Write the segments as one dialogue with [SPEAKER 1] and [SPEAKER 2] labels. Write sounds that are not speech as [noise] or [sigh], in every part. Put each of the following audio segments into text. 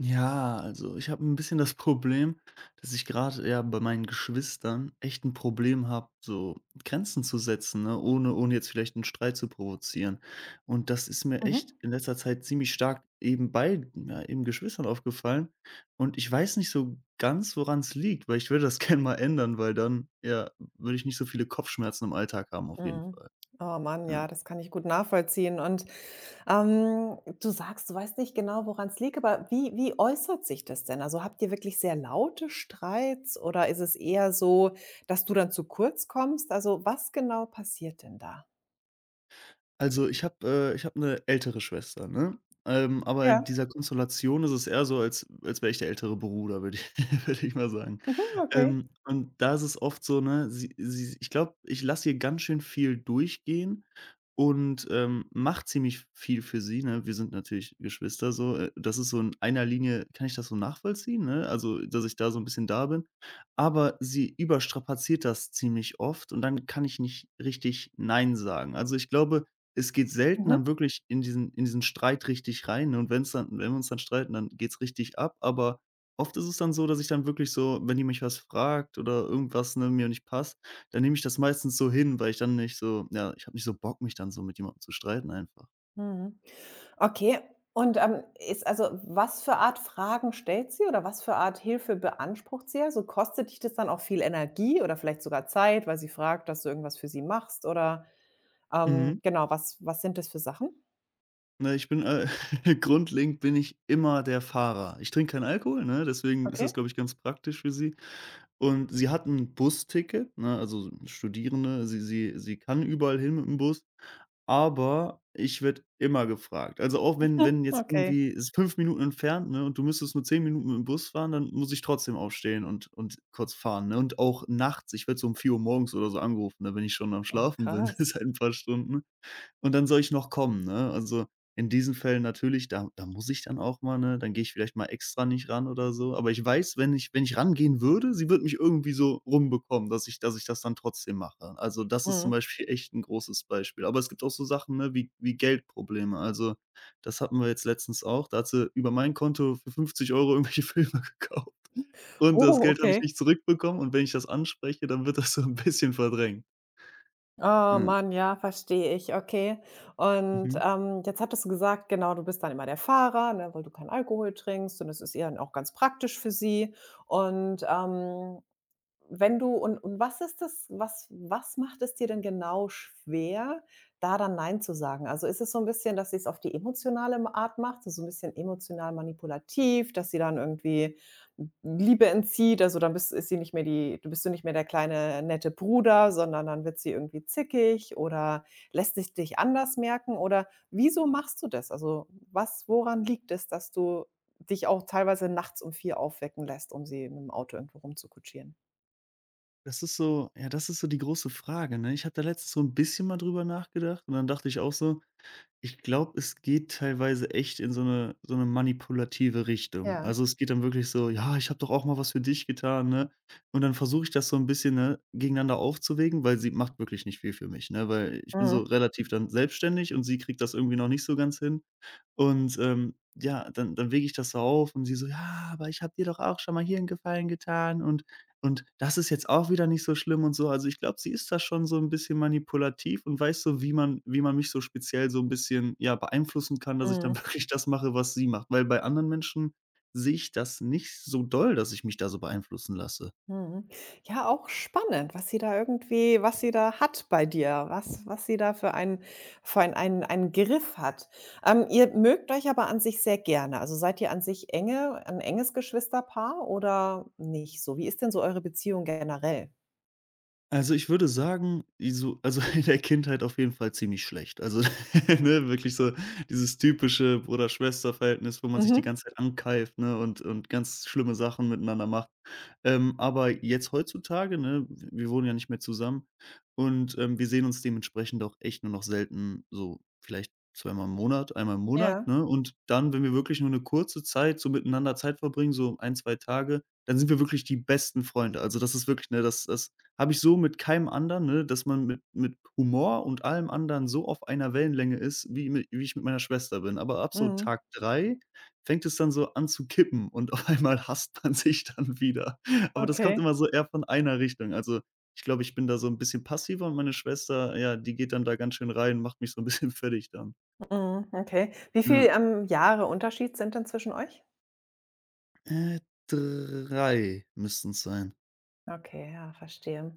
[SPEAKER 1] Ja, also ich habe ein bisschen das Problem, dass ich gerade ja, bei meinen Geschwistern echt ein Problem habe, so Grenzen zu setzen, ne, ohne jetzt vielleicht einen Streit zu provozieren. Und das ist mir echt
[SPEAKER 2] Mhm.
[SPEAKER 1] in letzter Zeit ziemlich stark eben bei ja, eben Geschwistern aufgefallen. Und ich weiß nicht so ganz, woran es liegt, weil ich würde das [laughs] gerne mal ändern, weil dann, ja, würde ich nicht so viele Kopfschmerzen im Alltag haben auf jeden
[SPEAKER 2] Mhm.
[SPEAKER 1] Fall.
[SPEAKER 2] Oh Mann,
[SPEAKER 1] Ja.
[SPEAKER 2] ja, das kann ich gut nachvollziehen. Und du sagst, du weißt nicht genau, woran es liegt, aber wie äußert sich das denn? Also habt ihr wirklich sehr laute Streits oder ist es eher so, dass du dann zu kurz kommst? Also was genau passiert denn da?
[SPEAKER 1] Also, ich habe eine ältere Schwester, ne? Aber
[SPEAKER 2] Ja,
[SPEAKER 1] in dieser Konstellation ist es eher so, als wäre ich der ältere Bruder, würde ich [laughs] würde ich mal sagen.
[SPEAKER 2] mhm, okay.
[SPEAKER 1] Und da ist es oft so, ne, sie ich glaube, ich lasse ihr ganz schön viel durchgehen und, mache ziemlich viel für sie, ne? Wir sind natürlich Geschwister so. Das ist so in einer Linie kann ich das so nachvollziehen, ne? Also, dass ich da so ein bisschen da bin. Aber sie überstrapaziert das ziemlich oft und dann kann ich nicht richtig nein sagen. Also, ich glaube, es geht selten
[SPEAKER 2] Mhm.
[SPEAKER 1] dann wirklich in diesen Streit richtig rein, ne? Und wenn wir uns dann streiten, dann geht's richtig ab. Aber oft ist es dann so, dass ich dann wirklich so wenn die mich was fragt oder irgendwas, ne, mir nicht passt, dann nehme ich das meistens so hin, weil ich dann nicht so ja, ich habe nicht so Bock, mich dann so mit jemandem zu streiten einfach.
[SPEAKER 2] Mhm. Okay. Und, ist also was für Art Fragen stellt sie oder was für Art Hilfe beansprucht sie? Also, kostet dich das dann auch viel Energie oder vielleicht sogar Zeit, weil sie fragt, dass du irgendwas für sie machst, oder
[SPEAKER 1] Mhm.
[SPEAKER 2] genau, was sind das für Sachen?
[SPEAKER 1] Ne, [laughs] grundlegend bin ich immer der Fahrer. Ich trinke keinen Alkohol, ne, deswegen ist
[SPEAKER 2] Okay,
[SPEAKER 1] das, glaube ich, ganz praktisch für sie. Und sie hat ein Busticket, ne, also Studierende, sie kann überall hin mit dem Bus. Aber ich werde immer gefragt. Also, auch wenn jetzt
[SPEAKER 2] okay.
[SPEAKER 1] irgendwie es ist 5 Minuten entfernt, ne, und du müsstest nur 10 Minuten mit dem Bus fahren, dann muss ich trotzdem aufstehen und kurz fahren, ne? Und auch nachts, ich werde so um 4 Uhr morgens oder so angerufen, ne, wenn ich schon am
[SPEAKER 2] Oh,
[SPEAKER 1] Schlafen bin, [laughs]
[SPEAKER 2] krass.
[SPEAKER 1] seit ein paar Stunden. Und dann soll ich noch kommen, ne? Also, in diesen Fällen natürlich, da muss ich dann auch mal, ne? Dann gehe ich vielleicht mal extra nicht ran oder so. Aber ich weiß, wenn ich wenn ich rangehen würde, sie wird mich irgendwie so rumbekommen, dass ich das dann trotzdem mache. Also, das ist zum
[SPEAKER 2] Mhm.
[SPEAKER 1] Beispiel [laughs] echt ein großes Beispiel. Aber es gibt auch so Sachen, ne, wie Geldprobleme. Also, das hatten wir jetzt letztens auch. Da hat sie über mein Konto für 50 € irgendwelche Filme [laughs] gekauft und das
[SPEAKER 2] Oh,
[SPEAKER 1] Geld habe ich
[SPEAKER 2] okay.
[SPEAKER 1] nicht zurückbekommen und wenn ich das anspreche, dann wird das so ein bisschen verdrängt.
[SPEAKER 2] Oh
[SPEAKER 1] Ja.
[SPEAKER 2] Mann, ja, verstehe ich, okay. Und,
[SPEAKER 1] Mhm.
[SPEAKER 2] jetzt hattest du gesagt, genau, du bist dann immer der Fahrer, ne, weil du keinen Alkohol trinkst und das ist ihr dann auch ganz praktisch für sie. Und, Wenn du und was ist das Was macht es dir denn genau schwer, da dann „Nein" zu sagen? Also, ist es so ein bisschen, dass sie es auf die emotionale m Art macht, so ein bisschen emotional manipulativ, dass sie dann irgendwie Liebe entzieht? Also, dann bist ist sie nicht mehr die du bist du nicht mehr der kleine nette Bruder, sondern dann wird sie irgendwie zickig oder lässt sich dich anders merken oder wieso machst du das? Also, was woran liegt es, dass du dich auch teilweise nachts um 4 aufwecken lässt, um sie mit'm Auto irgendwo rumzukutschieren?
[SPEAKER 1] Das ist so ja, das ist so die große Frage, ne? Ich habe da letztens so ein bisschen mal drüber nachgedacht und dann dachte ich auch so: „Ich glaube, es geht teilweise echt in so eine manipulative Richtung.“
[SPEAKER 2] Ja.
[SPEAKER 1] Also, es geht dann wirklich so: „Ja, ich habe doch auch mal was für dich getan“, ne? Und dann versuche ich das so ein bisschen, ne, gegeneinander aufzuwägen, weil sie macht wirklich nicht viel für mich, ne? Weil ich bin so
[SPEAKER 2] Mhm,
[SPEAKER 1] relativ dann selbstständig und sie kriegt das irgendwie noch nicht so ganz hin. Und, ja, dann wege ich das so auf und sie so: „Ja, aber ich habe dir doch auch schon mal hier einen Gefallen getan und das ist jetzt auch wieder nicht so schlimm“ und so. Also, ich glaube, sie ist da schon so ein bisschen manipulativ und weiß so, wie man mich so speziell so ein bisschen, ja, beeinflussen kann, dass ich
[SPEAKER 2] mhm,
[SPEAKER 1] dann [laughs] wirklich das mache, was sie macht. Weil bei anderen Menschen sehe ich das nicht so doll, dass ich mich da so beeinflussen lasse.
[SPEAKER 2] mhm. Ja, auch spannend, was sie da hat bei dir, was sie da für einen Griff hat. Ihr mögt euch aber an sich sehr gerne. Also, seid ihr an sich enge ein enges Geschwisterpaar oder nicht so? Wie ist denn so eure Beziehung generell?
[SPEAKER 1] Also, ich würde sagen, [laughs] in der Kindheit auf jeden Fall ziemlich schlecht. Also, [laughs] ne, wirklich so dieses typische Bruder-Schwester-Verhältnis, wo man sich die
[SPEAKER 2] Mhm.
[SPEAKER 1] ganze Zeit ankeift, ne, und ganz schlimme Sachen miteinander macht. Aber jetzt heutzutage, ne, wir wohnen ja nicht mehr zusammen und, wir sehen uns dementsprechend auch echt nur noch selten, so vielleicht zweimal im Monat, einmal im Monat,
[SPEAKER 2] Ja.
[SPEAKER 1] ne? Und dann, wenn wir wirklich nur eine kurze Zeit so miteinander Zeit verbringen, so ein 2 Tage, dann sind wir wirklich die besten Freunde. Also, das ist wirklich, ne, das habe ich so mit keinem anderen, ne, dass man mit Humor und allem anderen so auf einer Wellenlänge ist, wie ich mit meiner Schwester bin. Aber ab so
[SPEAKER 2] Mhm.
[SPEAKER 1] Tag 3 fängt es dann so an zu kippen und [laughs] auf einmal hasst man sich dann wieder. Aber das kommt
[SPEAKER 2] Okay.
[SPEAKER 1] immer so eher von einer Richtung. Also, ich glaube, ich bin da so ein bisschen passiver und meine Schwester, ja, die geht dann da ganz schön rein, macht mich so ein bisschen [laughs] fertig dann.
[SPEAKER 2] Mhm, okay. Wie viel,
[SPEAKER 1] Ja.
[SPEAKER 2] ähm, Jahre Unterschied sind denn zwischen euch?
[SPEAKER 1] Äh, 3 müssten's sein.
[SPEAKER 2] Okay, ja, verstehe.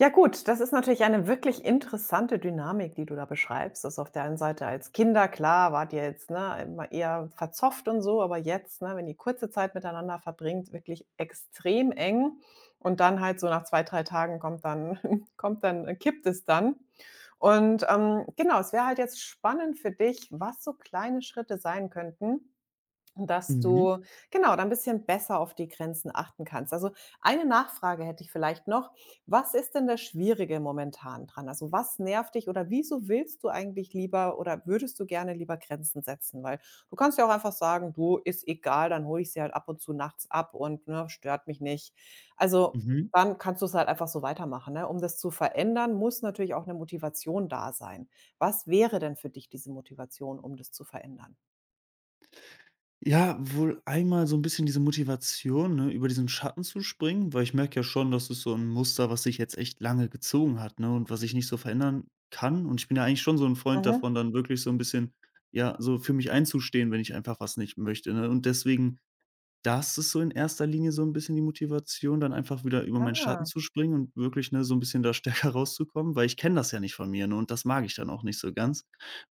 [SPEAKER 2] Ja gut, das ist natürlich eine wirklich interessante Dynamik, die du da beschreibst. Also auf der einen Seite als Kinder, klar, wart ihr jetzt, ne, immer eher verzofft und so, aber jetzt, ne, wenn ihr kurze Zeit miteinander verbringt, wirklich extrem eng. Und dann halt so nach zwei, drei Tagen kommt dann, [laughs] kommt dann, kippt es dann. Und genau, es wäre halt jetzt spannend für dich, was so kleine Schritte sein könnten, dass
[SPEAKER 1] Mhm,
[SPEAKER 2] du genau, da ein bisschen besser auf die Grenzen achten kannst. Also, eine Nachfrage hätte ich vielleicht noch. Was ist denn das Schwierige momentan dran? Also, was nervt dich oder wieso willst du eigentlich lieber oder würdest du gerne lieber Grenzen setzen? Weil du kannst ja auch einfach sagen: „Du, ist egal, dann hole ich sie halt ab und zu nachts ab und, ne, stört mich nicht." Also,
[SPEAKER 1] mhm.
[SPEAKER 2] dann kannst du es halt einfach so weitermachen, ne? Um das zu verändern, muss natürlich auch eine Motivation da sein. Was wäre denn für dich diese Motivation, um das zu verändern?
[SPEAKER 1] Ja, wohl einmal so ein bisschen diese Motivation, ne, über diesen Schatten zu springen, weil ich merke ja schon, das ist so ein Muster, was sich jetzt echt lange gezogen hat, ne, und was ich nicht so verändern kann. Und ich bin ja eigentlich schon so ein Freund
[SPEAKER 2] Mhm.
[SPEAKER 1] davon, dann wirklich so ein bisschen ja, so für mich einzustehen, wenn ich einfach was nicht möchte, ne? Und deswegen das ist so in erster Linie so 'n bisschen die Motivation, dann einfach wieder über meinen Schatten
[SPEAKER 2] Ah.
[SPEAKER 1] zu springen und wirklich, ne, so 'n bisschen da [laughs] stärker rauszukommen, weil ich kenne das ja nicht von mir, ne, und das mag ich dann auch nicht so ganz.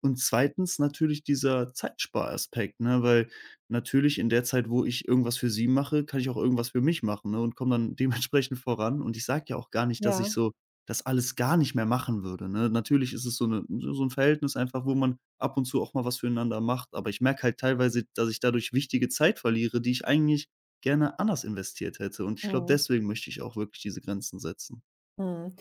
[SPEAKER 1] Und zweitens natürlich dieser Zeitsparaspekt, ne, weil natürlich in der Zeit, wo ich irgendwas für sie mache, kann ich auch irgendwas für mich machen, ne, und komme dann [laughs] dementsprechend voran. Und ich sage ja auch gar nicht, dass ich
[SPEAKER 2] Ja,
[SPEAKER 1] so das alles gar nicht mehr machen würde, ne? Natürlich ist es so 'ne so 'n Verhältnis einfach, wo man ab und zu auch mal was füreinander macht, aber ich merke halt teilweise, dass ich dadurch wichtige Zeit verliere, die ich eigentlich gerne anders investiert hätte und ich glaube,
[SPEAKER 2] mhm,
[SPEAKER 1] deswegen möchte ich auch wirklich diese Grenzen setzen.
[SPEAKER 2] mhm.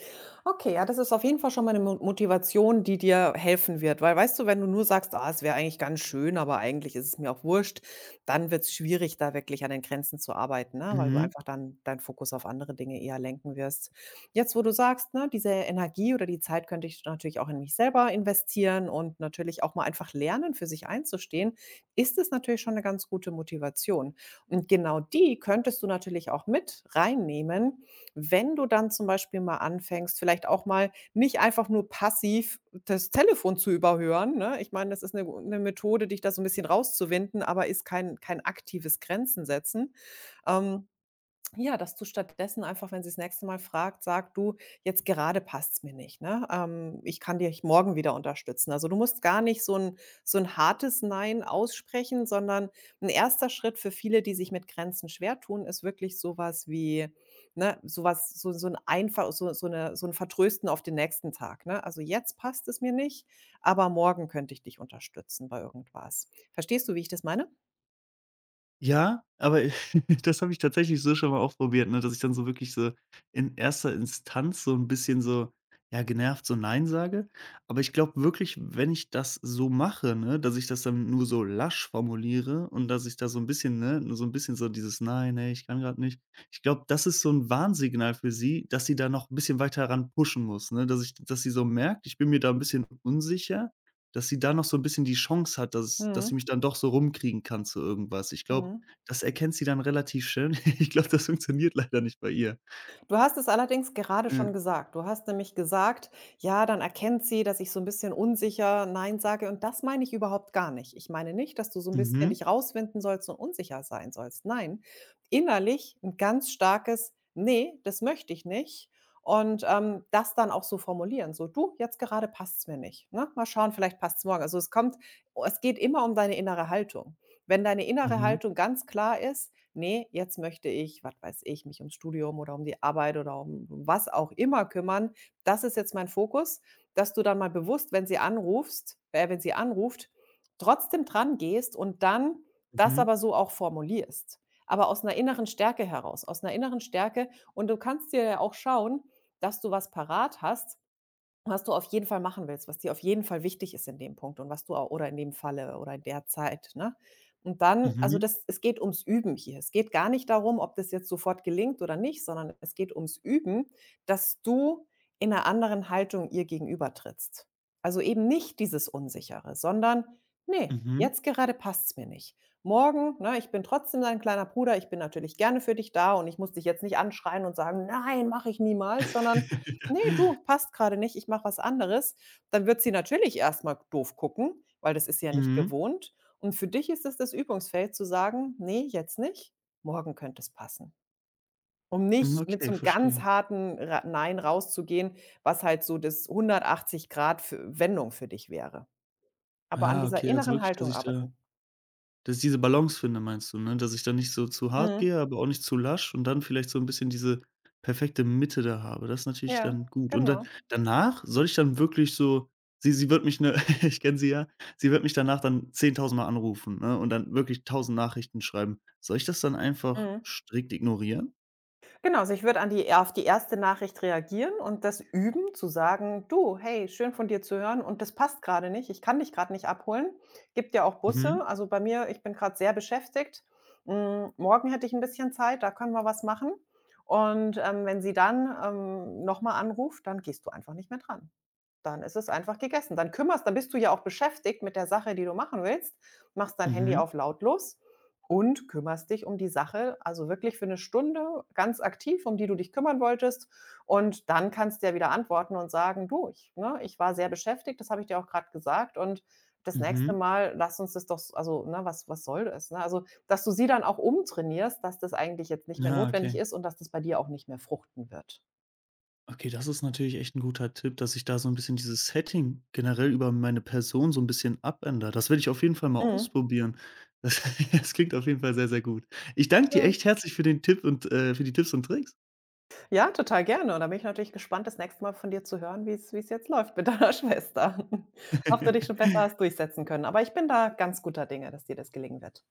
[SPEAKER 2] Okay, ja, das ist auf jeden Fall schon mal eine Mo Motivation, die dir helfen wird, weil weißt du, wenn du nur sagst: „Ah, es wäre eigentlich ganz schön, aber eigentlich ist es mir auch wurscht", dann wird es schwierig, da wirklich an den Grenzen zu arbeiten, ne, weil du einfach dann deinen Fokus auf andere Dinge eher lenken wirst. Jetzt, wo du sagst, ne, diese Energie oder die Zeit könnte ich natürlich auch in mich selber investieren und natürlich auch mal einfach lernen, für sich einzustehen, ist es natürlich schon eine ganz gute Motivation. Und genau die könntest du natürlich auch mit reinnehmen. Wenn du dann zum Beispiel mal anfängst, vielleicht auch mal nicht einfach nur passiv das Telefon zu überhören, ne? Ich meine, das ist eine 'ne Methode, dich da so ein bisschen rauszuwinden, aber ist kein aktives Grenzen setzen. Ähm ja, dass du stattdessen einfach, wenn sie sie's nächste Mal fragt, sag: „Du, jetzt gerade passt's mir nicht, ne? Ich kann dich morgen wieder unterstützen." Also, du musst gar nicht so ein hartes Nein aussprechen, sondern ein erster Schritt für viele, die sich mit Grenzen schwer tun, ist wirklich sowas wie, ne, sowas so so ein einfach so so eine so ein Vertrösten auf den nächsten Tag, ne? Also: „Jetzt passt es mir nicht, aber morgen könnte ich dich unterstützen bei irgendwas." Verstehst du, wie ich das meine?
[SPEAKER 1] Ja, aber [laughs] das habe ich tatsächlich so schon mal auch probiert, ne, dass ich dann so wirklich so in erster Instanz so ein bisschen so, ja, genervt so „Nein“ sage. Aber ich glaube wirklich, wenn ich das so mache, ne, dass ich das dann nur so lasch formuliere und dass ich da so ein bisschen ne, nur so ein bisschen so dieses „Nein, ne, ich kann gerade nicht.“ Ich glaube, das ist so ein Warnsignal für sie, dass sie da noch ein bisschen weiter ran pushen muss, ne, dass sie so merkt, ich bin mir da ein bisschen unsicher, dass sie da noch so ein bisschen die Chance hat, dass
[SPEAKER 2] Mhm.
[SPEAKER 1] sie mich dann doch so rumkriegen kann zu irgendwas. Ich glaube,
[SPEAKER 2] Mhm.
[SPEAKER 1] das erkennt sie dann relativ schnell. [laughs] Ich glaube, das funktioniert leider nicht bei ihr.
[SPEAKER 2] Du hast es allerdings gerade
[SPEAKER 1] Äh,
[SPEAKER 2] schon gesagt. Du hast nämlich gesagt: „Ja, dann erkennt sie, dass ich so ein bisschen unsicher nein sage." Und das meine ich überhaupt gar nicht. Ich meine nicht, dass du so ein bisschen
[SPEAKER 1] mhm,
[SPEAKER 2] dich rauswinden sollst und unsicher sein sollst. Nein, innerlich ein ganz starkes: nee, das möchte ich nicht." Und, das dann auch so formulieren, so: „Du, jetzt gerade passt's mir nicht, ne? Mal schauen, vielleicht passt es morgen." Also, es geht immer um deine innere Haltung. Wenn deine innere
[SPEAKER 1] mhm,
[SPEAKER 2] Haltung ganz klar ist: Nee, jetzt möchte ich, was weiß ich, mich ums Studium oder um die Arbeit oder um was auch immer kümmern. Das ist jetzt mein Fokus, dass du dann mal bewusst, wenn sie anruft, trotzdem dran gehst und dann das
[SPEAKER 1] mhm,
[SPEAKER 2] aber so auch formulierst. Aber aus einer inneren Stärke heraus, aus einer inneren Stärke, und du kannst dir ja auch schauen, dass du was parat hast, was du auf jeden Fall machen willst, was dir auf jeden Fall wichtig ist in dem Punkt und was du au oder in dem Falle oder in der Zeit, ne? Und dann
[SPEAKER 1] mhm,
[SPEAKER 2] also,
[SPEAKER 1] mhm.
[SPEAKER 2] das es geht ums Üben hier. Es geht gar nicht darum, ob das jetzt sofort gelingt oder nicht, sondern es geht ums Üben, dass du in einer anderen Haltung ihr gegenüber trittst. Also, eben nicht dieses Unsichere, sondern: nee, jetzt gerade passt's mir nicht. Morgen, ne, ich bin trotzdem dein kleiner Bruder, ich bin natürlich gerne für dich da und ich muss dich jetzt nicht anschreien und sagen: 'Nein, mache ich niemals'", sondern: ne,
[SPEAKER 1] [laughs]
[SPEAKER 2] du, passt gerade nicht, ich mache was anderes. Dann wird sie natürlich erst mal doof gucken, weil das ist sie ja nicht
[SPEAKER 1] Mhm.
[SPEAKER 2] gewohnt. Und für dich ist es das Übungsfeld zu sagen: „Ne, jetzt nicht, morgen könnte es passen." Um
[SPEAKER 1] Mhm,
[SPEAKER 2] nicht mit so
[SPEAKER 1] okay,
[SPEAKER 2] 'nem ganz
[SPEAKER 1] verstehe.
[SPEAKER 2] harten Ra Nein rauszugehen, was halt so das 180 Grad für Wendung für dich wäre. Aber an
[SPEAKER 1] Ah,
[SPEAKER 2] dieser
[SPEAKER 1] okay, also
[SPEAKER 2] inneren
[SPEAKER 1] wirklich,
[SPEAKER 2] Haltung arbeiten.
[SPEAKER 1] dass ich diese Balance finde, meinst du, ne? Dass ich da nicht so zu hart
[SPEAKER 2] Mhm.
[SPEAKER 1] gehe, aber auch nicht zu lasch und dann vielleicht so 'n bisschen diese perfekte Mitte da habe. Das ist natürlich
[SPEAKER 2] Ja,
[SPEAKER 1] dann gut. Und dann
[SPEAKER 2] genau.
[SPEAKER 1] danach soll ich dann wirklich so sie wird mich, ne [laughs] ich kenne sie ja, sie wird mich danach dann 10.000 Mal anrufen, ne, und dann wirklich tausend Nachrichten schreiben. Soll ich das dann einfach
[SPEAKER 2] Mhm.
[SPEAKER 1] strikt ignorieren?
[SPEAKER 2] Genau, also ich würde an die auf die erste Nachricht reagieren und das üben, zu sagen: „Du, hey, schön von dir zu hören, und das passt gerade nicht. Ich kann dich gerade nicht abholen." Gibt ja auch Busse.
[SPEAKER 1] Mhm.
[SPEAKER 2] Also, bei mir ich bin gerade sehr beschäftigt. Hm, morgen hätte ich ein bisschen Zeit, da können wir was machen. Und, wenn sie dann, noch mal anruft, dann gehst du einfach nicht mehr dran. Dann ist es einfach gegessen. Dann bist du ja auch beschäftigt mit der Sache, die du machen willst, machst dein Handy
[SPEAKER 1] Mhm.
[SPEAKER 2] auf lautlos und kümmerst dich um die Sache, also wirklich für eine Stunde ganz aktiv, um die du dich kümmern wolltest. Und dann kannst du ja wieder antworten und sagen: „Du, ich war sehr beschäftigt, das habe ich dir auch gerade gesagt, und das nächste
[SPEAKER 1] Mhm.
[SPEAKER 2] Mal lass uns das doch s also, ne, was soll das?" Ne? Also, dass du sie dann auch umtrainierst, dass das eigentlich jetzt nicht mehr
[SPEAKER 1] Ah,
[SPEAKER 2] notwendig
[SPEAKER 1] okay.
[SPEAKER 2] ist und dass das bei dir auch nicht mehr fruchten wird.
[SPEAKER 1] Okay, das ist natürlich echt ein guter Tipp, dass ich da so ein bisschen dieses Setting generell über meine Person so ein bisschen abändere. Das werde ich auf jeden Fall mal
[SPEAKER 2] Mhm.
[SPEAKER 1] ausprobieren. Das [laughs] das klingt auf jeden Fall sehr, sehr gut. Ich danke dir
[SPEAKER 2] Ja.
[SPEAKER 1] echt herzlich für den Tipp und, für die Tipps und Tricks.
[SPEAKER 2] Ja, total gerne. Und da bin ich natürlich gespannt, das nächste Mal von dir zu hören, wie es jetzt läuft mit deiner [laughs] Schwester. Ob du dich schon
[SPEAKER 1] [laughs]
[SPEAKER 2] besser hast durchsetzen können. Aber ich bin da ganz guter Dinge, dass dir das gelingen wird.